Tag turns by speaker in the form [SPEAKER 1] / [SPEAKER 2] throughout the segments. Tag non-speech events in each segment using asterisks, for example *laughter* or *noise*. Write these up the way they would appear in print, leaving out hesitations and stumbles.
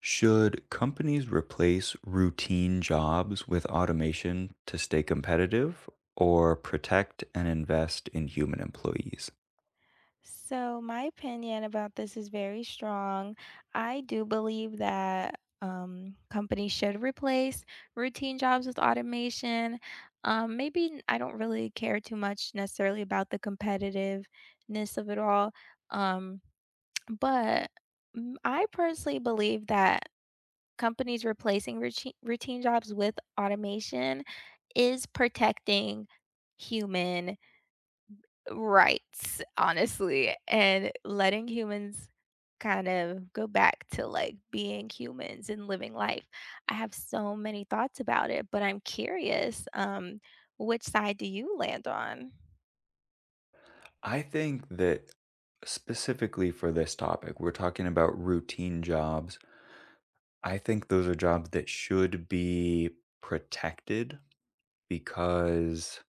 [SPEAKER 1] Should companies replace routine jobs with automation to stay competitive or protect and invest in human employees?
[SPEAKER 2] So, my opinion about this is very strong. I do believe that companies should replace routine jobs with automation. Maybe I don't really care too much necessarily about the competitiveness of it all. Um, but I personally believe that companies replacing routine jobs with automation is protecting human. Right, honestly, and letting humans kind of go back to, like, being humans and living life. I have so many thoughts about it, but I'm curious, which side do you land on?
[SPEAKER 1] I think that specifically for this topic, we're talking about routine jobs. I think those are jobs that should be protected because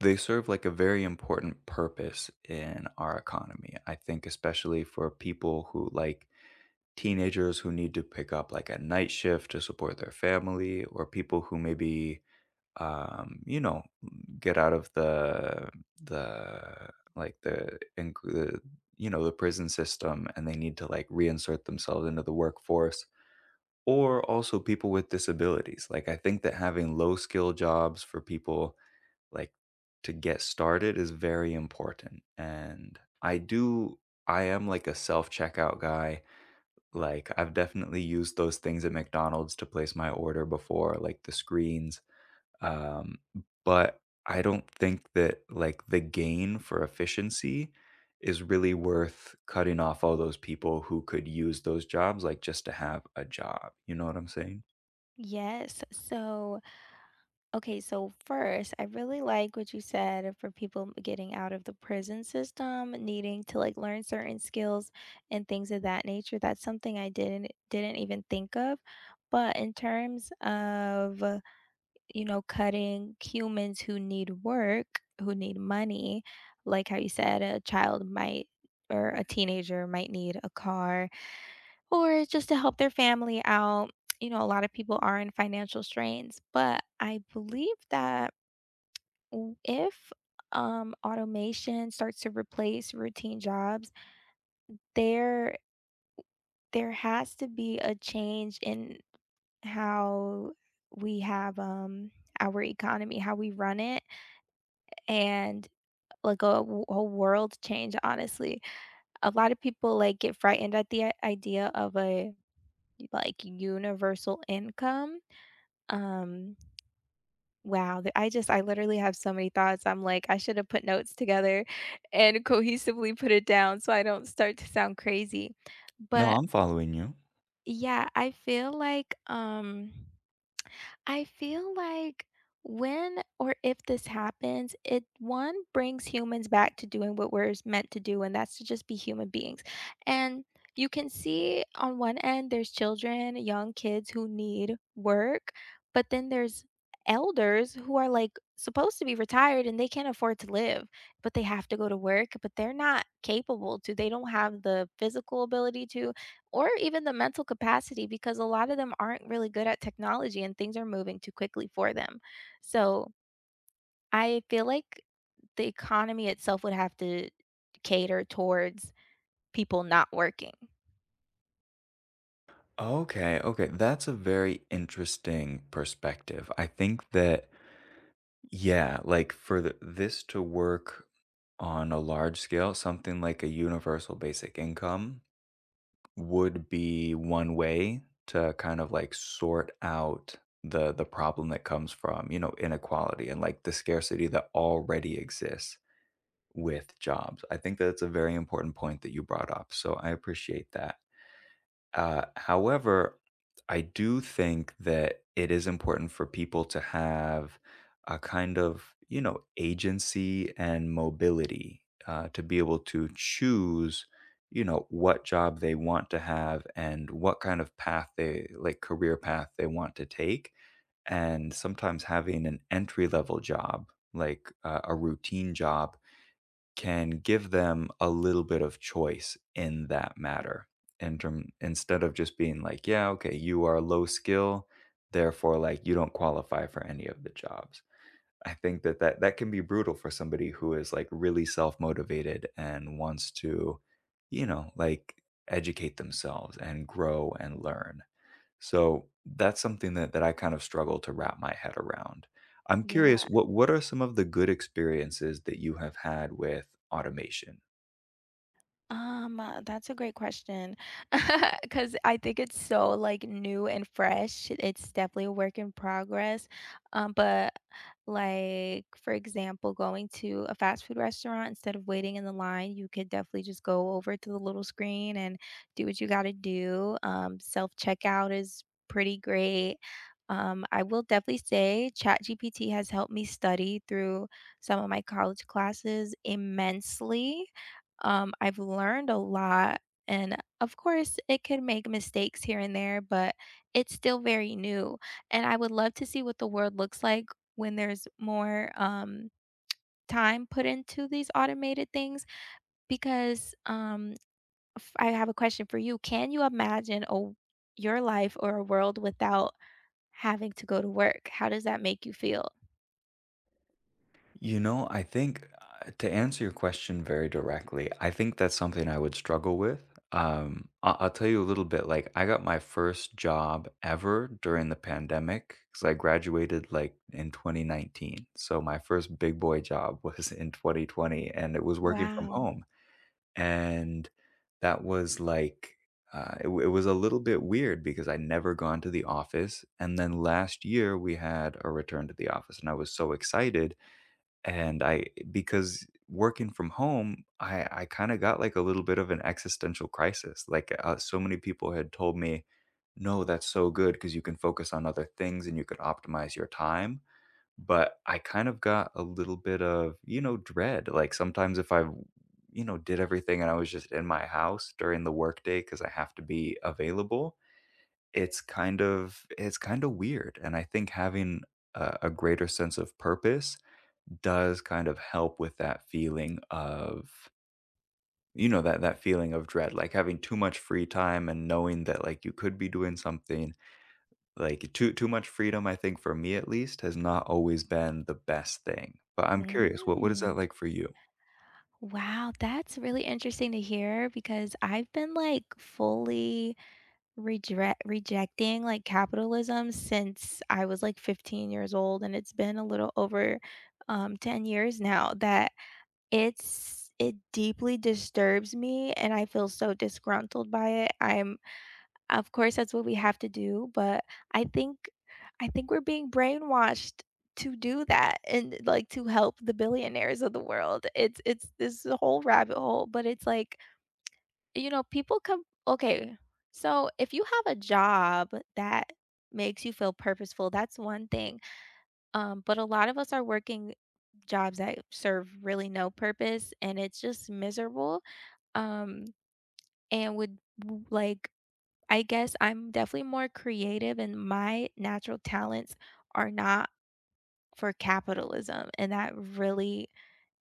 [SPEAKER 1] they serve like a very important purpose in our economy. I think especially for people who like teenagers who need to pick up like a night shift to support their family, or people who maybe um you know get out of the like the the prison system, and they need to like reinsert themselves into the workforce, or also people with disabilities. Like I think that having low skill jobs for people like to get started is very important. And I am like a self checkout guy. Like, I've definitely used those things at McDonald's to place my order before, like the screens, um, but I don't think that, like, the gain for efficiency is really worth cutting off all those people who could use those jobs, like, just to have a job, you know what I'm saying?
[SPEAKER 2] Yes, so okay, so first, I really like what you said for people getting out of the prison system, needing to, like, learn certain skills and things of that nature. That's something I didn't even think of, but in terms of cutting humans who need work, who need money, like how you said, a child might or a teenager might need a car or just to help their family out. You know, a lot of people are in financial strains, but I believe that if automation starts to replace routine jobs, there there has to be a change in how we have our economy, how we run it, and like a whole world change, honestly. A lot of people, like, get frightened at the I idea of a, like, universal income. Um, wow, the I just I literally have so many thoughts. I'm like, I should have put notes together and cohesively put it down so I don't start to sound crazy.
[SPEAKER 1] No,
[SPEAKER 2] But,
[SPEAKER 1] I'm following you.
[SPEAKER 2] yeah, I feel like when or if this happens, it one brings humans back to doing what we're meant to do, and that's to just be human beings. And you can see on one end, there's children, young kids who need work, but then there's elders who are like supposed to be retired and they can't afford to live, but they have to go to work, but they're not capable to, they don't have the physical ability to, or even the mental capacity because a lot of them aren't really good at technology and things are moving too quickly for them. So I feel like the economy itself would have to cater towards people not working.
[SPEAKER 1] Okay, okay, that's a very interesting perspective. I think that, yeah, like for this to work on a large scale, something like a universal basic income would be one way to kind of like sort out the problem that comes from, you know, inequality and like the scarcity that already exists with jobs. I think that's a very important point that you brought up. So I appreciate that. However, I do think that it is important for people to have a kind of, you know, agency and mobility, to be able to choose, you know, what job they want to have and what kind of path they like career path they want to take. And sometimes having an entry level job, like a routine job, can give them a little bit of choice in that matter, instead of just being like, yeah, okay, you are low skill, therefore like you don't qualify for any of the jobs. I think that that can be brutal for somebody who is like really self-motivated and wants to, you know, like educate themselves and grow and learn. So that's something that I kind of struggle to wrap my head around. I'm curious,
[SPEAKER 2] Yeah.
[SPEAKER 1] what are some of the good experiences that you have had with automation?
[SPEAKER 2] That's a great question, *laughs* cause I think it's so, like, new and fresh. It's definitely a work in progress. Um, but, like, for example, going to a fast food restaurant, instead of waiting in the line, you could definitely just go over to the little screen and do what you gotta do. Self-checkout is pretty great. I will definitely say ChatGPT has helped me study through some of my college classes immensely. I've learned a lot, and of course, it could make mistakes here and there, but it's still very new. And I would love to see what the world looks like when there's more time put into these automated things. Because I have a question for you: can you imagine a your life or a world without having to go to work? How does that make you feel?
[SPEAKER 1] You know, I think, to answer your question very directly, I think that's something I would struggle with. I'll tell you a little bit. Like, I got my first job ever during the pandemic because I graduated like in 2019. So my first big boy job *laughs* was in 2020, and it was working from
[SPEAKER 2] Wow.
[SPEAKER 1] home. And that was like, it was a little bit weird because I'd never gone to the office. And then last year we had a return to the office, and I was so excited. And I Because working from home, I kind of got like a little bit of an existential crisis. Like, so many people had told me, "No, that's so good because you can focus on other things and you could optimize your time." But I kind of got a little bit of, you know, dread. Like sometimes if I, you know, did everything and I was just in my house during the workday because I have to be available, it's kind of weird. And I think having a greater sense of purpose does kind of help with that feeling of, you know, that feeling of dread, like having too much free time and knowing that like you could be doing something, like, too much freedom, I think for me at least, has not always been the best thing. But I'm curious, what is that
[SPEAKER 2] Mm.
[SPEAKER 1] like for you?
[SPEAKER 2] Wow, that's really interesting to hear because I've been like fully regret rejecting like capitalism since I was like 15 years old, and it's been a little over 10 years now that it deeply disturbs me and I feel so disgruntled by it. I'm of course, that's what we have to do, but I think I think we're being brainwashed to do that and, like, to help the billionaires of the world. It's this whole rabbit hole, but it's like, you know, people come okay, so if you have a job that makes you feel purposeful, that's one thing, but a lot of us are working jobs that serve really no purpose, and it's just miserable, um, and would w like, I guess I'm definitely more creative and my natural talents are not for capitalism, and that really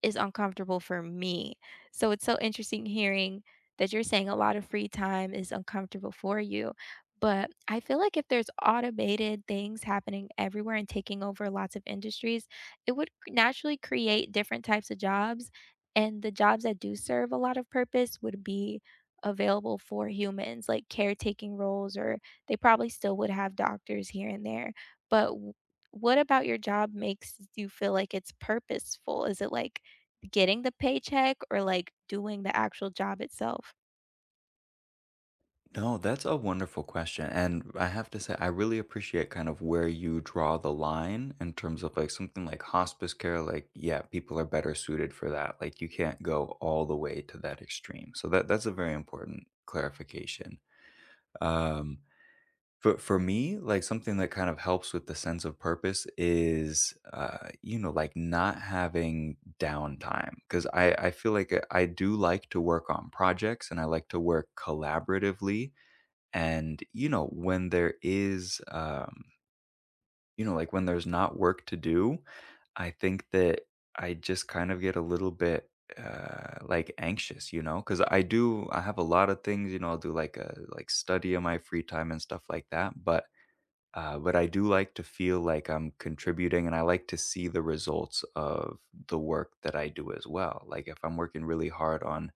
[SPEAKER 2] is uncomfortable for me. So it's so interesting hearing that you're saying a lot of free time is uncomfortable for you. But I feel like if there's automated things happening everywhere and taking over lots of industries, it would naturally create different types of jobs. And the jobs that do serve a lot of purpose would be available for humans, like caretaking roles, or they probably still would have doctors here and there. But w- what about your job makes you feel like it's purposeful? Is it like getting the paycheck or, like, doing the actual job itself?
[SPEAKER 1] No, that's a wonderful question, and I have to say, I really appreciate kind of where you draw the line in terms of, like, something like hospice care. Like, yeah, people are better suited for that. Like, you can't go all the way to that extreme, so that that's a very important clarification. um for me, like, something that kind of helps with the sense of purpose is, you know, like, not having downtime. Because I feel like, I do like to work on projects, and I like to work collaboratively, and, you know, when there is, you know, like, when there's not work to do, I think that I just kind of get a little bit, like, anxious, you know. Because I have a lot of things, you know, I'll do, like, study in my free time and stuff like that, but I do like to feel like I'm contributing, and I like to see the results of the work that I do as well. Like if I'm working really hard on,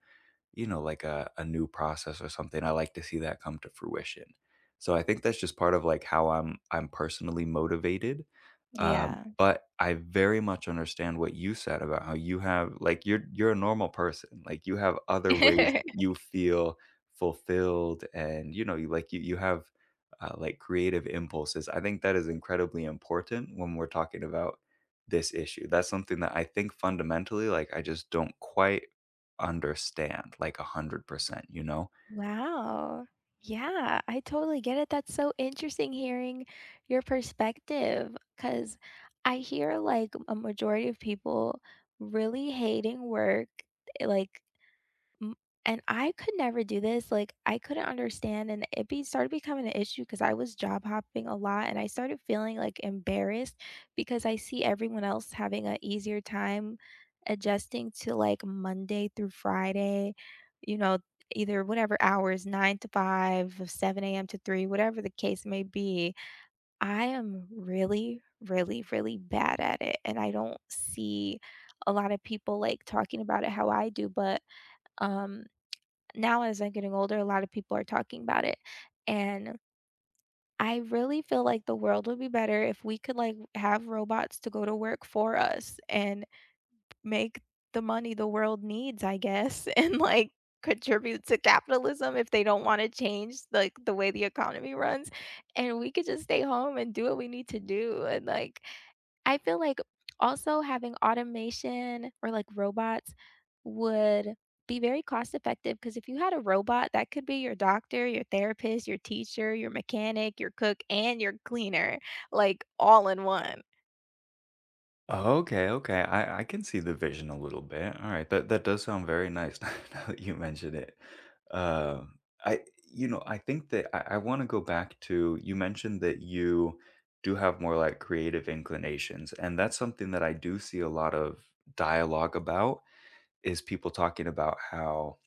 [SPEAKER 1] you know, like a new process or something, I like to see that come to fruition. So I think that's just part of like how I'm personally motivated,
[SPEAKER 2] Yeah.
[SPEAKER 1] but I very much understand what you said about how you have like you're a normal person. Like you have other ways that you
[SPEAKER 2] *laughs*
[SPEAKER 1] feel fulfilled, and, you know, you have, like, creative impulses. I think that is incredibly important when we're talking about this issue. That's something that I think fundamentally, like, I just don't quite understand, like, 100%, you know?
[SPEAKER 2] Wow. Yeah, I totally get it. That's so interesting hearing your perspective, because I hear, like, a majority of people really hating work, eh, like, mm, and I could never do this, like, I couldn't understand, and it be started becoming an issue because I was job hopping a lot, and I started feeling, like, embarrassed because I see everyone else having an easier time adjusting to, like, Monday through Friday, you know, either whatever hours, 9 to 5, or 7 a.m. to 3, whatever the case may be. I am really, really, really bad at it, and I don't see a lot of people, like, talking about it how I do, but, um now as I'm getting older, a lot of people are talking about it. And I really feel like the world would be better if we could like have robots to go to work for us and make the money the world needs, I guess, *laughs* and like contribute to capitalism if they don't want to change like the way the economy runs, and we could just stay home and do what we need to do. And like I feel like also having automation or like robots would be very cost effective, because if you had a robot, that could be your doctor, your therapist, your teacher, your mechanic, your cook, and your cleaner, like all in one.
[SPEAKER 1] Oh, okay, okay. I can see the vision a little bit. All right. That does sound very nice *laughs* now that you mentioned it. Um, I You know, I think that I want to go back to, you mentioned that you do have more like creative inclinations, and that's something that I do see a lot of dialogue about is people talking about how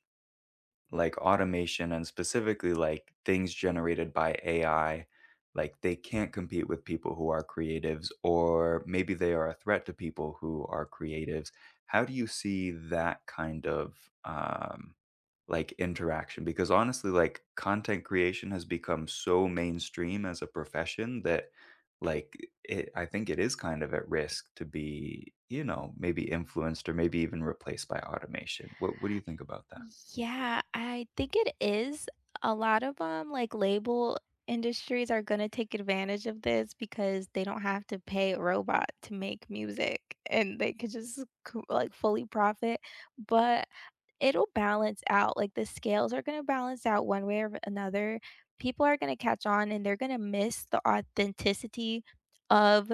[SPEAKER 1] like automation and specifically like things generated by AI, like they can't compete with people who are creatives, or maybe they are a threat to people who are creatives. How do you see that kind of, like, interaction? Because honestly, like content creation has become so mainstream as a profession that, like, I think it is kind of at risk to be, you know, maybe influenced or maybe even replaced by automation. What do you think about that?
[SPEAKER 2] Yeah, I think it is. A lot of like label industries are going to take advantage of this because they don't have to pay a robot to make music and they could just like fully profit, but it'll balance out. Like the scales are going to balance out one way or another. People are going to catch on and they're going to miss the authenticity of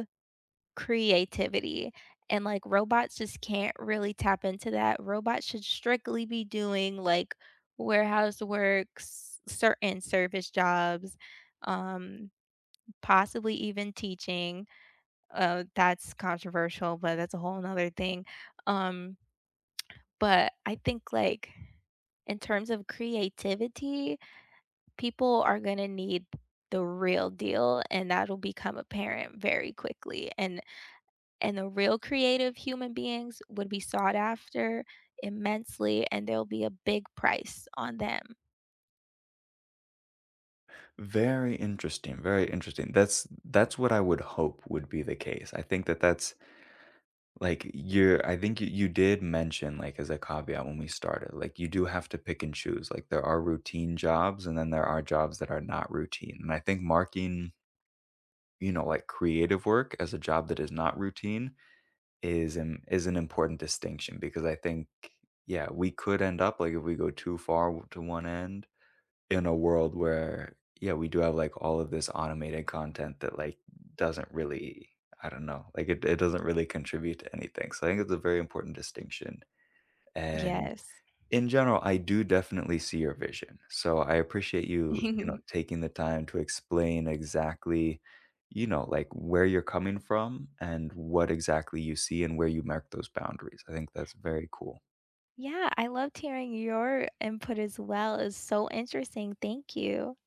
[SPEAKER 2] creativity, and, like, robots just can't really tap into that. Robots should strictly be doing, like, warehouse works, certain service jobs, um, possibly even teaching. That's controversial, but that's a whole 'nother thing. Um, but I think, like, in terms of creativity, people are gonna need the real deal, and that'll become apparent very quickly, and the real creative human beings would be sought after immensely, and there'll be a big price on them.
[SPEAKER 1] Very interesting, very interesting. That's what I would hope would be the case. I think that that's like you're I think you did mention like as a caveat when we started, like you do have to pick and choose. Like there are routine jobs and then there are jobs that are not routine. And I think marking, you know, like creative work as a job that is not routine is is an important distinction, because I think, yeah, we could end up like if we go too far to one end in a world where, yeah, we do have like all of this automated content that like doesn't really, I don't know, like it doesn't really contribute to anything. So I think it's a very important distinction. And
[SPEAKER 2] Yes.
[SPEAKER 1] in general I do definitely see your vision, so I appreciate you, you know,
[SPEAKER 2] *laughs*
[SPEAKER 1] taking the time to explain exactly, you know, like where you're coming from and what exactly you see and where you mark those boundaries. I think that's very cool.
[SPEAKER 2] Yeah, I loved hearing your input as well. It's so interesting. Thank you.